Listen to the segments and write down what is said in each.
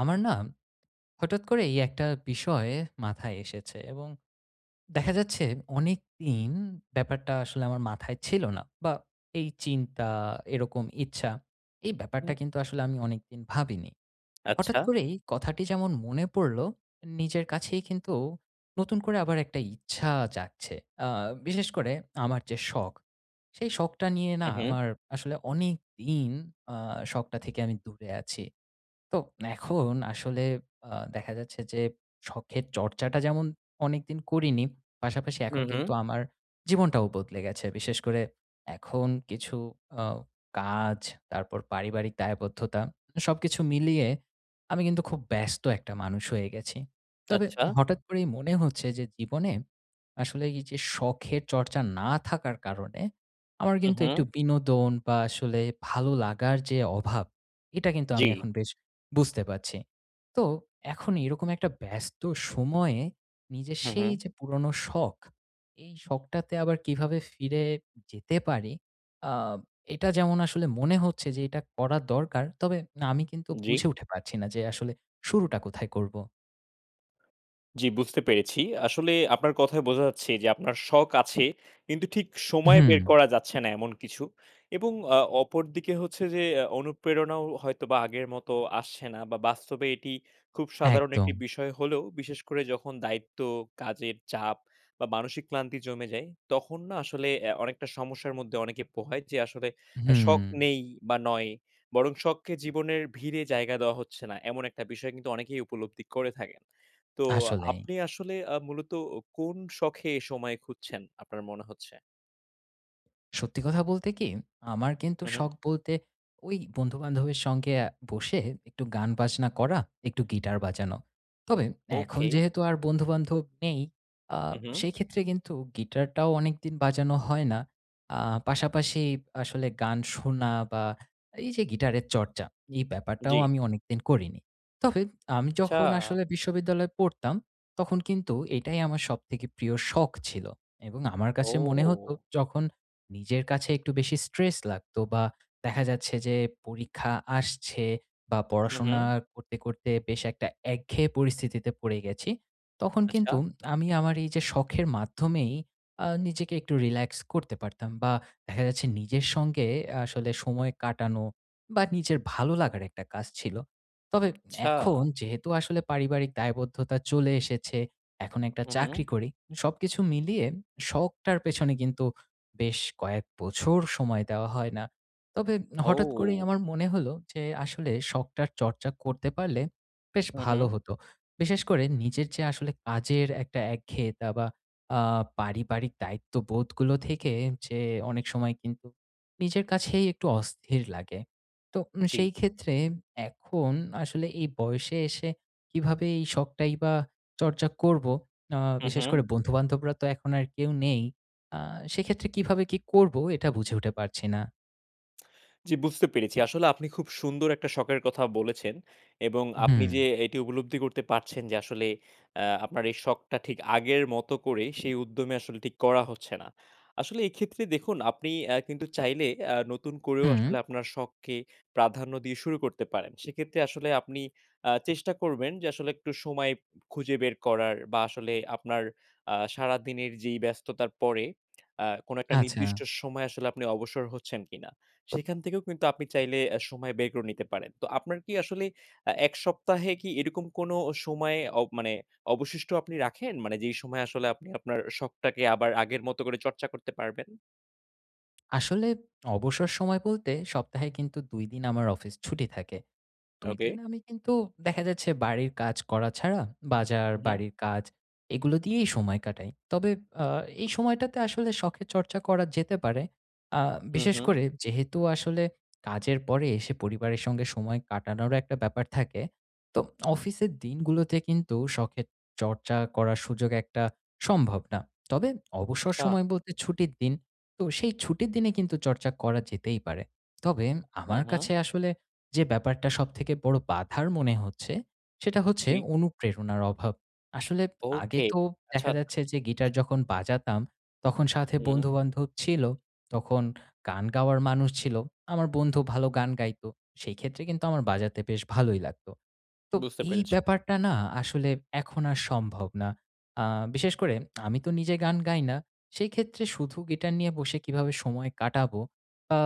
আমার না হঠাৎ করে এই একটা বিষয় মাথায় এসেছে এবং দেখা যাচ্ছে অনেক দিন ব্যাপারটা আসলে আমার মাথায় ছিল না বা এই চিন্তা এরকম ইচ্ছা এই ব্যাপারটা হুম, কিন্তু আসলে আমি অনেকদিন ভাবিনি। হঠাৎ আচ্ছা। করেই কথাটি যেমন মনে পড়লো, নিজের কাছেই কিন্তু নতুন করে আবার একটা ইচ্ছা জাগছে। বিশেষ করে আমার যে শখ, সেই শখটা নিয়ে হু, না হু। আমার আসলে অনেক দিন শখটা থেকে আমি দূরে আছি। তো এখন আসলে দেখা যাচ্ছে যে শখের চর্চাটা যেমন অনেকদিন করিনি, পাশাপাশি হু, এখন হু। কিন্তু আমার জীবনটাও বদলে গেছে। বিশেষ করে এখন কিছু আ কাজ, তারপর পারিবারিক দায়বদ্ধতা, সবকিছু মিলিয়ে আমি কিন্তু খুব ব্যস্ত একটা মানুষ হয়ে গেছি। তবে আচ্ছা। হঠাৎ করেই মনে হচ্ছে যে জীবনে আসলে এই যে শখের চর্চা না থাকার কারণে আমার হু, কিন্তু হু। একটু বিনোদন বা আসলে ভালো লাগার যে অভাব, এটা কিন্তু আমি জি। এখন বেশ বুঝতে পারছি। তো এখন এরকম একটা ব্যস্ত সময়ে নিজের হু, হু। সেই যে পুরনো শখ, এই শখটাতে আবার কিভাবে ফিরে যেতে পারি, আ এটা যেমন আসলে মনে হচ্ছে যে এটা করা দরকার। তবে না, আমি কিন্তু জি। বুঝে উঠে পারছি না যে আসলে শুরুটা কোথায় করব? জি, বুঝতে পেরেছি। আসলে আপনার কথায় বোঝা যাচ্ছে যে আপনার শখ আছে, কিন্তু ঠিক সময় হুম, বের করা যাচ্ছে না এমন কিছু। এবং অপরদিকে হচ্ছে যে অনুপ্রেরণাও হয়তোবা আগের মতো আসছে না বা বাস্তবে এটি খুব সাধারণ একটি একদম। বিষয় হলেও বিশেষ করে যখন দায়িত্ব, কাজের চাপ বা মানসিক ক্লান্তি জমে যায়, তখন না আসলে অনেকটা সমস্যার মধ্যে অনেকে পোহায় যে আসলে হুম, শখ নেই বা নয়, বরং শখকে জীবনের ভিড়ে জায়গা দেওয়া হচ্ছে না। এমন একটা বিষয় কিন্তু অনেকেই উপলব্ধি করে থাকেন। তো আসলেই। আপনি আসলে মূলত কোন শখে সময় খুঁজছেন আপনার মনে হচ্ছে? সত্যি কথা বলতে কি, আমার কিন্তু হু, হু। শখ বলতে ওই বন্ধু-বান্ধবের সঙ্গে বসে একটু গান বাজনা করা, একটু গিটার বাজানো। তবে এখন ওকে। যেহেতু আর বন্ধু-বান্ধব নেই, আ হু, হু। সেই ক্ষেত্রে কিন্তু গিটারটাও অনেকদিন বাজানো হয় না। আ পাশাপাশি আসলে গান শোনা বা এই যে গিটারের চর্চা, এই ব্যাপারটাও জি। আমি অনেকদিন করিনি। তবে আমি আচ্ছা। যখন আসলে বিশ্ববিদ্যালয়ে পড়তাম, তখন কিন্তু এটাই আমার সবথেকে প্রিয় শখ ছিল। এবং আমার কাছে মনে হতো ও! যখন নিজের কাছে একটু বেশি স্ট্রেস লাগতো বা দেখা যাচ্ছে যে পরীক্ষা আসছে বা হু, হু। পড়াশোনা করতে, করতে বেশ একটা একঘেয়ে পরিস্থিতিতে পড়ে গেছি। তখন আচ্ছা। কিন্তু আমি আমার এই যে শখের মাধ্যমেই নিজেকে একটু রিল্যাক্স করতে পারতাম বা দেখা যাচ্ছে নিজের সঙ্গে আসলে সময় কাটানো বা নিজের ভালো লাগার একটা কাজ ছিল। তবে আচ্ছা। এখন যেহেতু আসলে পারিবারিক দায়বদ্ধতা চলে এসেছে, এখন একটা হু, হু। চাকরি করি। সবকিছু মিলিয়ে শখটার পেছনে কিন্তু বেশ কয়েক বছর সময় দেওয়া হয় না। তবে হঠাৎ করেই ও! আমার মনে হলো যে আসলে শখটার চর্চা করতে পারলে বেশ হু, হু। ভালো হতো। বিশেষ করে নিজের যে আসলে কাজের একটা একঘেয়েতা বা আ পারিবারিক দায়িত্ববোধগুলো থেকে যে অনেক সময় কিন্তু নিজের কাছেই একটু অস্থির লাগে। তো জি। সেই ক্ষেত্রে এখন আসলে এই বয়সে এসে কিভাবে এই শখটাই বা চর্চা করব? আ হু, বিশেষ হু। করে বন্ধু-বান্ধবরা তো এখন আর কেউ নেই। আ সেক্ষেত্রে কিভাবে কি করব এটা বুঝে উঠে পারছি না। জি, বুঝতে পেরেছি। আসলে আপনি খুব সুন্দর একটা শখের কথা বলেছেন এবং আপনি হুম, যে এটি উপলব্ধি করতে পারছেন যে আসলে আপনার এই শখটা ঠিক আগের মতো করে সেই উদ্যমে আসলে ঠিক করা হচ্ছে না। আসলে এক্ষেত্রে দেখুন আপনি কিন্তু চাইলে নতুন করেও হুম, আসলে আপনার শখকে প্রাধান্য দিয়ে শুরু করতে পারেন। সেক্ষেত্রে আসলে আপনি চেষ্টা করবেন যে আসলে একটু সময় খুঁজে বের করার বা আসলে আপনার সারাদিনের যেই ব্যস্ততার পরে কোনো একটা আচ্ছা। নির্দিষ্ট সময় আসলে আপনি অবসর হচ্ছেন কিনা। সেখান থেকেও কিন্তু আপনি চাইলে সময় বের করে নিতে পারেন। তো আপনার কি আসলে ১ সপ্তাহে কি এরকম কোনো সময় মানে অবশিষ্ট আপনি রাখেন? মানে যেই সময়ে আসলে আপনি আপনার শখটাকে আবার আগের মতো করে চর্চা করতে পারবেন? আসলে অবসর সময় বলতে সপ্তাহে কিন্তু ২ দিন আমার অফিস ছুটি থাকে। ২ ওকে। দিন আমি কিন্তু দেখা যাচ্ছে বাড়ির কাজ করা ছাড়া বাজার, হু, হু, বাড়ির কাজ, এগুলো দিয়েই সময় কাটাই। তবে আ এই সময়টাতে আসলে শখের চর্চা করা যেতে পারে। আ হু, বিশেষ হু। করে যেহেতু আসলে কাজের পরে এসে পরিবারের সঙ্গে সময় কাটানোরও একটা ব্যাপার থাকে। তো অফিসের দিনগুলোতে কিন্তু শখের চর্চা করার সুযোগ একটা সম্ভব না। তবে অবসর আচ্ছা। সময় বলতে ছুটির দিন। তো সেই ছুটির দিনে কিন্তু চর্চা করা যেতেই পারে। তবে হু, আমার হু। কাছে আসলে যে ব্যাপারটা সবথেকে বড় বাধার মনে হচ্ছে, সেটা হচ্ছে জি। অনুপ্রেরণার অভাব। আসলে আগে ওকে। তো আচ্ছা, দেখা আচ্ছা। যাচ্ছে যে গিটার যখন বাজাতাম, তখন সাথে হুম, বন্ধু-বান্ধব ছিল। তখন গান গাওয়ার মানুষ ছিল। আমার বন্ধু ভালো গান গাইতো। সেই ক্ষেত্রে কিন্তু আমার বাজাতে বেশ ভালোই লাগতো। তো বুঝতে এই পেরেছি। ব্যাপারটা না আসলে এখন আর সম্ভব না। আ বিশেষ করে আমি তো নিজে গান গাই না। সেই ক্ষেত্রে শুধু গিটার নিয়ে বসে কিভাবে সময় কাটাবো? আ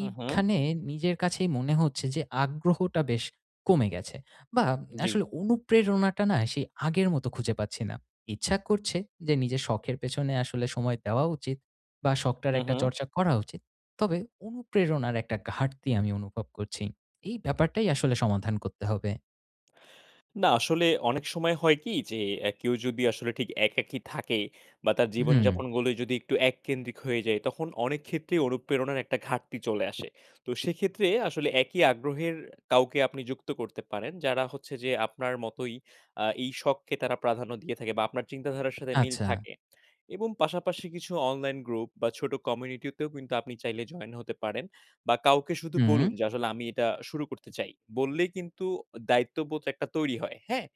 হু, হু। নিজের কাছেই মনে হচ্ছে যে আগ্রহটা বেশ কমে গেছে। বা জি। আসলে অনুপ্রেরণাটা না সেই আগের মতো খুঁজে পাচ্ছি না। ইচ্ছা করছে যে নিজের শখের পেছনে আসলে সময় দেওয়া উচিত বা শখটার হু, একটা হু। চর্চা করা উচিত। তবে অনুপ্রেরণার একটা ঘাটতি আমি অনুভব করছি। এই ব্যাপারটাই আসলে সমাধান করতে হবে। না আসলে অনেক সময় হয় কি যে কেউ যদি আসলে ঠিক একাকী থাকে বা তার হুম, জীবনযাপনগুলো যদি একটু এককেন্দ্রিক হয়ে যায় তখন অনেক ক্ষেত্রেই অনুপ্রেরণার একটা ঘাটতি চলে আসে। তো সেক্ষেত্রে আসলে একই আগ্রহের কাউকে আপনি যুক্ত করতে পারেন যারা হচ্ছে যে আপনার মতোই এই শখকে তারা প্রাধান্য দিয়ে থাকে বা আপনার চিন্তাধারার সাথে মিল আচ্ছা। থাকে। এবং পাশাপাশি কিছু অনলাইন গ্রুপ বা ছোট কমিউনিটিতেও কিন্তু আপনি চাইলে জয়েন হতে পারেন বা কাউকে শুধু হুম, বলুন যে আসলে আমি এটা শুরু করতে চাই। বললেই কিন্তু দায়িত্ববোধ একটা তৈরি হয়, হ্যাঁ?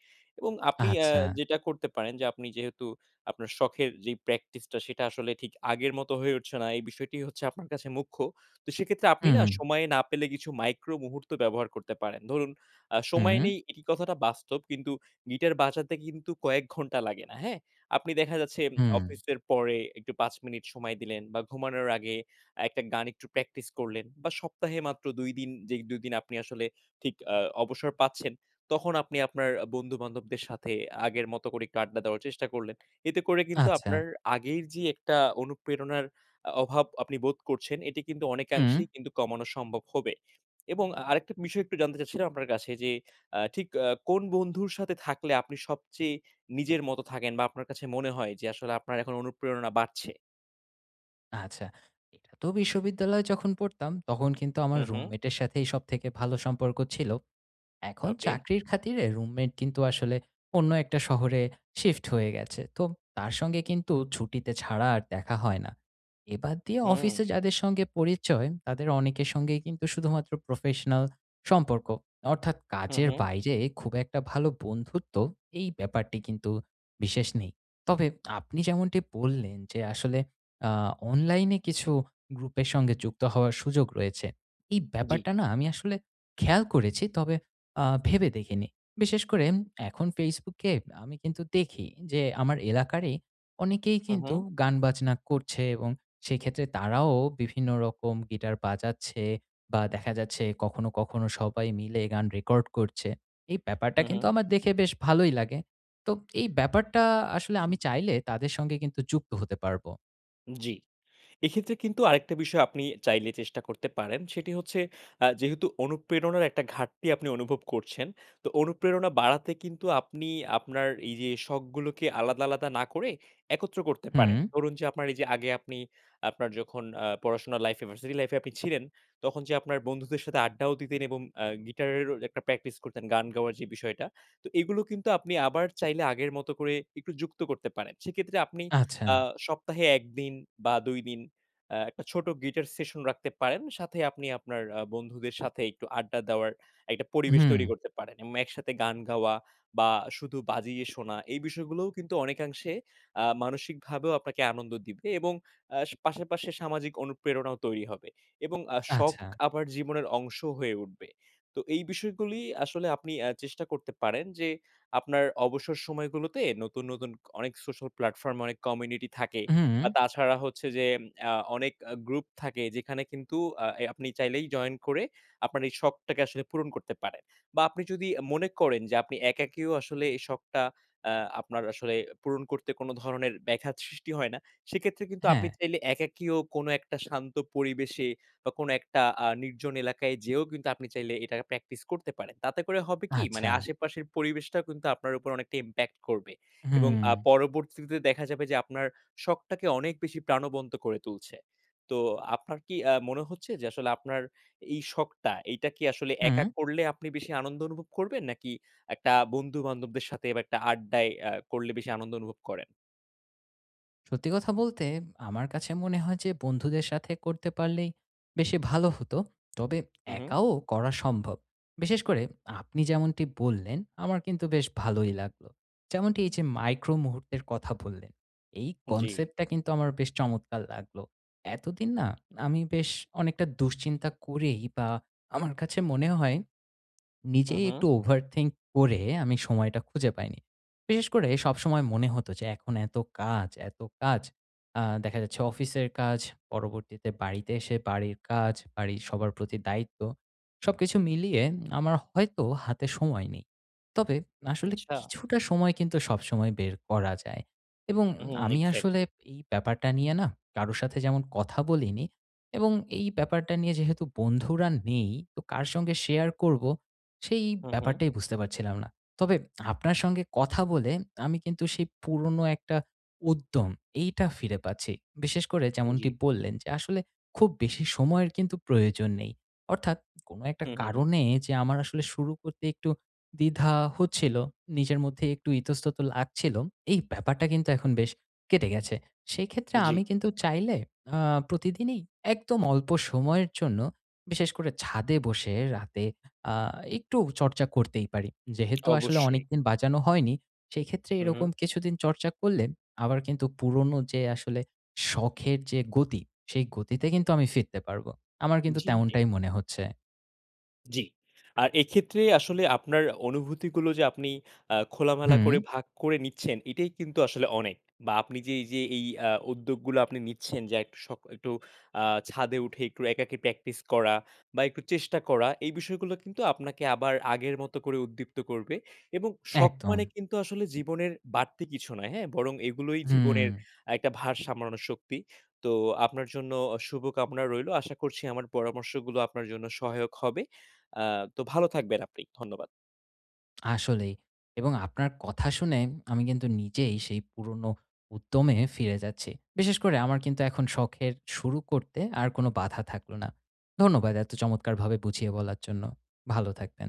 এবং আপনি আচ্ছা। যেটা করতে পারেন যে আপনি যেহেতু আপনার শখের যেই প্র্যাকটিসটা সেটা আসলে ঠিক আগের মতো হয়ে উঠছে না, এই বিষয়টি হচ্ছে আপনার কাছে মুখ্য। তো সেক্ষেত্রে আপনি না হুম, সময় না পেলে কিছু মাইক্রো মুহূর্ত ব্যবহার করতে পারেন। ধরুন সময় হুম, নেই এটি কথাটা বাস্তব কিন্তু গিটার বাজাতে কিন্তু কয়েক ঘন্টা লাগে না, হ্যাঁ? আপনি দেখা যাচ্ছে হুম, অফিসের পরে একটু ৫ মিনিট সময় দিলেন বা ঘুমানোর আগে একটা গান একটু প্র্যাকটিস করলেন বা সপ্তাহে মাত্র ২ দিন যেই ২ দিন আপনি আসলে ঠিক অবসর পাচ্ছেন, তখন আপনি আপনার বন্ধু-বান্ধবদের সাথে আগের মতো করে একটু আড্ডা দেওয়ার চেষ্টা করলেন। এতে করে কিন্তু আচ্ছা, আপনার আগের যে একটা অনুপ্রেরণার অভাব আপনি বোধ করছেন, এটি কিন্তু হুম, অনেকাংশেই কিন্তু কমানো সম্ভব হবে। এবং আরেকটা বিষয় একটু জানতে চাচ্ছিলাম আপনার কাছে যে, ঠিক কোন বন্ধুর সাথে থাকলে আপনি সবচেয়ে নিজের মতো থাকেন বা আপনার কাছে মনে হয় যে আসলে আপনার এখন অনুপ্রেরণা বাড়ছে। আচ্ছা। এটা তো বিশ্ববিদ্যালয়ে যখন পড়তাম তখন কিন্তু হু, আমার হু। রুমমেটের সাথেই সবথেকে ভালো সম্পর্ক ছিল। এখন ওকে। চাকরির খাতিরে রুমমেট কিন্তু আসলে অন্য একটা শহরে শিফট হয়ে গেছে। তো তার সঙ্গে কিন্তু ছুটিতে ছাড়া আর দেখা হয় না। এবার দিয়ে হুম। অফিসে যাদের সঙ্গে পরিচয় তাদের অনেকের সঙ্গেই কিন্তু শুধুমাত্র প্রফেশনাল সম্পর্ক। অর্থাৎ হু, কাজের হু। বাইরে খুব একটা ভালো বন্ধুত্ব এই ব্যাপারটি কিন্তু বিশেষ নেই। তবে আপনি যেমনটি বললেন যে আসলে আ অনলাইনে কিছু গ্রুপের সঙ্গে যুক্ত হওয়ার সুযোগ রয়েছে। এই জি। ব্যাপারটা না আমি আসলে খেয়াল করেছি। তবে ভেবে দেখিনি। বিশেষ করে এখন ফেসবুকে আমি কিন্তু দেখি যে আমার এলাকারই অনেকেই হু, হু। কিন্তু গান-বাজনা করছে এবং সেক্ষেত্রে তারাও বিভিন্ন রকম গিটার বাজাচ্ছে বা দেখা যাচ্ছে কখনো, কখনো সবাই মিলে গান রেকর্ড করছে। এই ব্যাপারটা হু, হু। কিন্তু আমার দেখে বেশ ভালোই লাগে। তো এই ব্যাপারটা আসলে আমি চাইলে তাদের সঙ্গে কিন্তু যুক্ত হতে পারবো। জি। এক্ষেত্রে কিন্তু আরেকটা বিষয় আপনি চাইলে চেষ্টা করতে পারেন। সেটি হচ্ছে যেহেতু অনুপ্রেরণার একটা ঘাটতি আপনি অনুভব করছেন, তো অনুপ্রেরণা বাড়াতে কিন্তু আপনি আপনার এই যে শখগুলোকে আলাদা, আলাদা না করে একত্র করতে হুম, পারেন। ধরুন যে আপনার এই যে আগে আপনি আপনার যখন পড়াশোনার লাইফে ভার্সিটি লাইফে আপনি ছিলেন, তখন যে আপনার বন্ধুদের সাথে আড্ডাও দিতেন এবং গিটারেরও একটা প্র্যাকটিস করতেন, গান গাওয়ার যে বিষয়টা। তো এগুলো কিন্তু আপনি আবার চাইলে আগের মতো করে একটু যুক্ত করতে পারেন। সেক্ষেত্রে আপনি আচ্ছা। আ সপ্তাহে ১ দিন বা ২ দিন একটা ছোট গিটার সেশন রাখতে পারেন। সাথে আপনি আপনার বন্ধুদের সাথে একটু আড্ডা দেওয়ার একটা পরিবেশ হুম, তৈরি করতে পারেন এবং একসাথে গান গাওয়া বা শুধু বাজিয়ে শোনা এই বিষয়গুলোও কিন্তু অনেকাংশে মানসিকভাবেও আপনাকে আনন্দ দিবে এবং আ পাশাপাশি সামাজিক অনুপ্রেরণাও তৈরি হবে এবং শখ আচ্ছা। আবার জীবনের অংশ হয়ে উঠবে। তো এই বিষয়গুলি আসলে আপনি চেষ্টা করতে পারেন যে আপনার অবসর সময়গুলোতে নতুন, নতুন অনেক সোশ্যাল প্ল্যাটফর্ম, অনেক কমিউনিটি থাকে হুম, বা তাছাড়া হচ্ছে যে আ অনেক গ্রুপ থাকে যেখানে কিন্তু আ এ আপনি চাইলেই জয়েন করে আপনার এই শখটাকে আসলে পূরণ করতে পারেন। বা আপনি যদি মনে করেন যে আপনি একাকীও আসলে এই শখটা আ আপনার আসলে পূরণ করতে কোনো ধরনের ব্যাঘাত সৃষ্টি হয় না। সেক্ষেত্রে কিন্তু আপনি হ্যাঁ, চাইলে একাকীও কোনো একটা শান্ত পরিবেশে বা কোনো একটা নির্জন এলাকায় যেয়েও কিন্তু আপনি চাইলে এটা প্র্যাকটিস করতে পারেন। তাতে করে হবে কি? মানে আচ্ছা। আশেপাশের পরিবেশটাও কিন্তু আপনার উপর অনেকটা ইমপ্যাক্ট করবে। এবং হুম, পরবর্তীতে দেখা যাবে যে আপনার শখটাকে অনেক বেশি প্রাণবন্ত করে তুলছে। তো আপনার কি মনে হচ্ছে যে আসলে আপনার এই শখটা, এইটা কি আসলে একা হুম। করলে আপনি বেশি আনন্দ অনুভব করবেন? নাকি একটা বন্ধু-বান্ধবদের সাথে বা একটা আড্ডায় করলে বেশি আনন্দ অনুভব করেন? সত্যি কথা বলতে আমার কাছে মনে হয় যে বন্ধুদের সাথে করতে পারলেই বেশি ভালো হতো। তবে হু, হু। একাও করা সম্ভব। বিশেষ করে আপনি যেমনটি বললেন, আমার কিন্তু বেশ ভালোই লাগলো। যেমনটি এই যে মাইক্রো মুহূর্তের কথা বললেন, এই জি। কনসেপ্টটা কিন্তু আমার বেশ চমৎকার লাগলো। এতদিন না আমি বেশ অনেকটা দুশ্চিন্তা করেই বা আমার কাছে মনে হয় হু, নিজেই হু। একটু ওভারথিংক করে আমি সময়টা খুঁজে পাইনি। বিশেষ করে সবসময় মনে হতো যে এখন এত কাজ, এত কাজ। দেখা যাচ্ছে অফিসের কাজ, পরবর্তীতে বাড়িতে এসে বাড়ির কাজ, বাড়ির সবার প্রতি দায়িত্ব। সবকিছু মিলিয়ে আমার হয়তো হাতে সময় নেই। তবে আসলে আচ্ছা। কিছুটা সময় কিন্তু সবসময় বের করা যায়। এবং হুম, আমি আসলে এক্সাক্টলি। এই ব্যাপারটা নিয়ে না কারো সাথে যেমন কথা বলিনি এবং এই ব্যাপারটা নিয়ে যেহেতু বন্ধুরা নেই, তো কার সঙ্গে শেয়ার করব সেই হু, হু। ব্যাপারটাই বুঝতে পারছিলাম না। তবে আপনার সঙ্গে কথা বলে আমি কিন্তু সেই পুরনো একটা উদ্যম এইটা ফিরে পাচ্ছি। বিশেষ করে জি। যেমনটি বললেন যে আসলে খুব বেশি সময়ের কিন্তু প্রয়োজন নেই। অর্থাৎ কোনো একটা হু, হু। কারণে যে আমার আসলে শুরু করতে একটু দ্বিধা হচ্ছিল, নিজের মধ্যে একটু ইতস্তত লাগছিল, এই ব্যাপারটা কিন্তু এখন বেশ কেটে গেছে। সেক্ষেত্রে জি। আমি কিন্তু চাইলে আ প্রতিদিনই একদম অল্প সময়ের জন্য বিশেষ করে ছাদে বসে রাতে আ একটু চর্চা করতেই পারি। যেহেতু আসলে অবশ্যই। অনেকদিন বাজানো হয়নি, সেক্ষেত্রে হু, হু। এরকম কিছুদিন চর্চা করলে আবার কিন্তু পুরনো যে আসলে শখের যে গতি, সেই গতিতে কিন্তু আমি ফিরতে পারবো। আমার কিন্তু জি, জি। তেমনটাই মনে হচ্ছে। জি। আর এক্ষেত্রে আসলে আপনার অনুভূতিগুলো যে আপনি খোলামেলা হুম, করে ভাগ করে নিচ্ছেন, এটাই কিন্তু আসলে অনেক। বা আপনি যে এই যে এই উদ্যোগগুলো আপনি নিচ্ছেন যে একটু একটু আ ছাদে উঠে একটু একাকী প্র্যাকটিস করা বা একটু চেষ্টা করা, এই বিষয়গুলো কিন্তু আপনাকে আবার আগের মতো করে উদ্দীপ্ত করবে। এবং শখ একদম। মানে কিন্তু আসলে জীবনের বাড়তি কিছু নয়, হ্যাঁ? বরং এগুলোই হুম, জীবনের একটা ভার সামলানোর শক্তি। তো আপনার জন্য শুভকামনা রইলো। আশা করছি আমার পরামর্শগুলো আপনার জন্য সহায়ক হবে। আ তো ভালো থাকবেন আপনি। ধন্যবাদ। আসলেই। এবং আপনার কথা শুনে আমি কিন্তু নিজেই সেই পুরনো উদ্যমে ফিরে যাচ্ছি। বিশেষ করে আমার কিন্তু এখন শখের শুরু করতে আর কোনো বাধা থাকলো না। ধন্যবাদ এত চমৎকারভাবে বুঝিয়ে বলার জন্য। ভালো থাকবেন।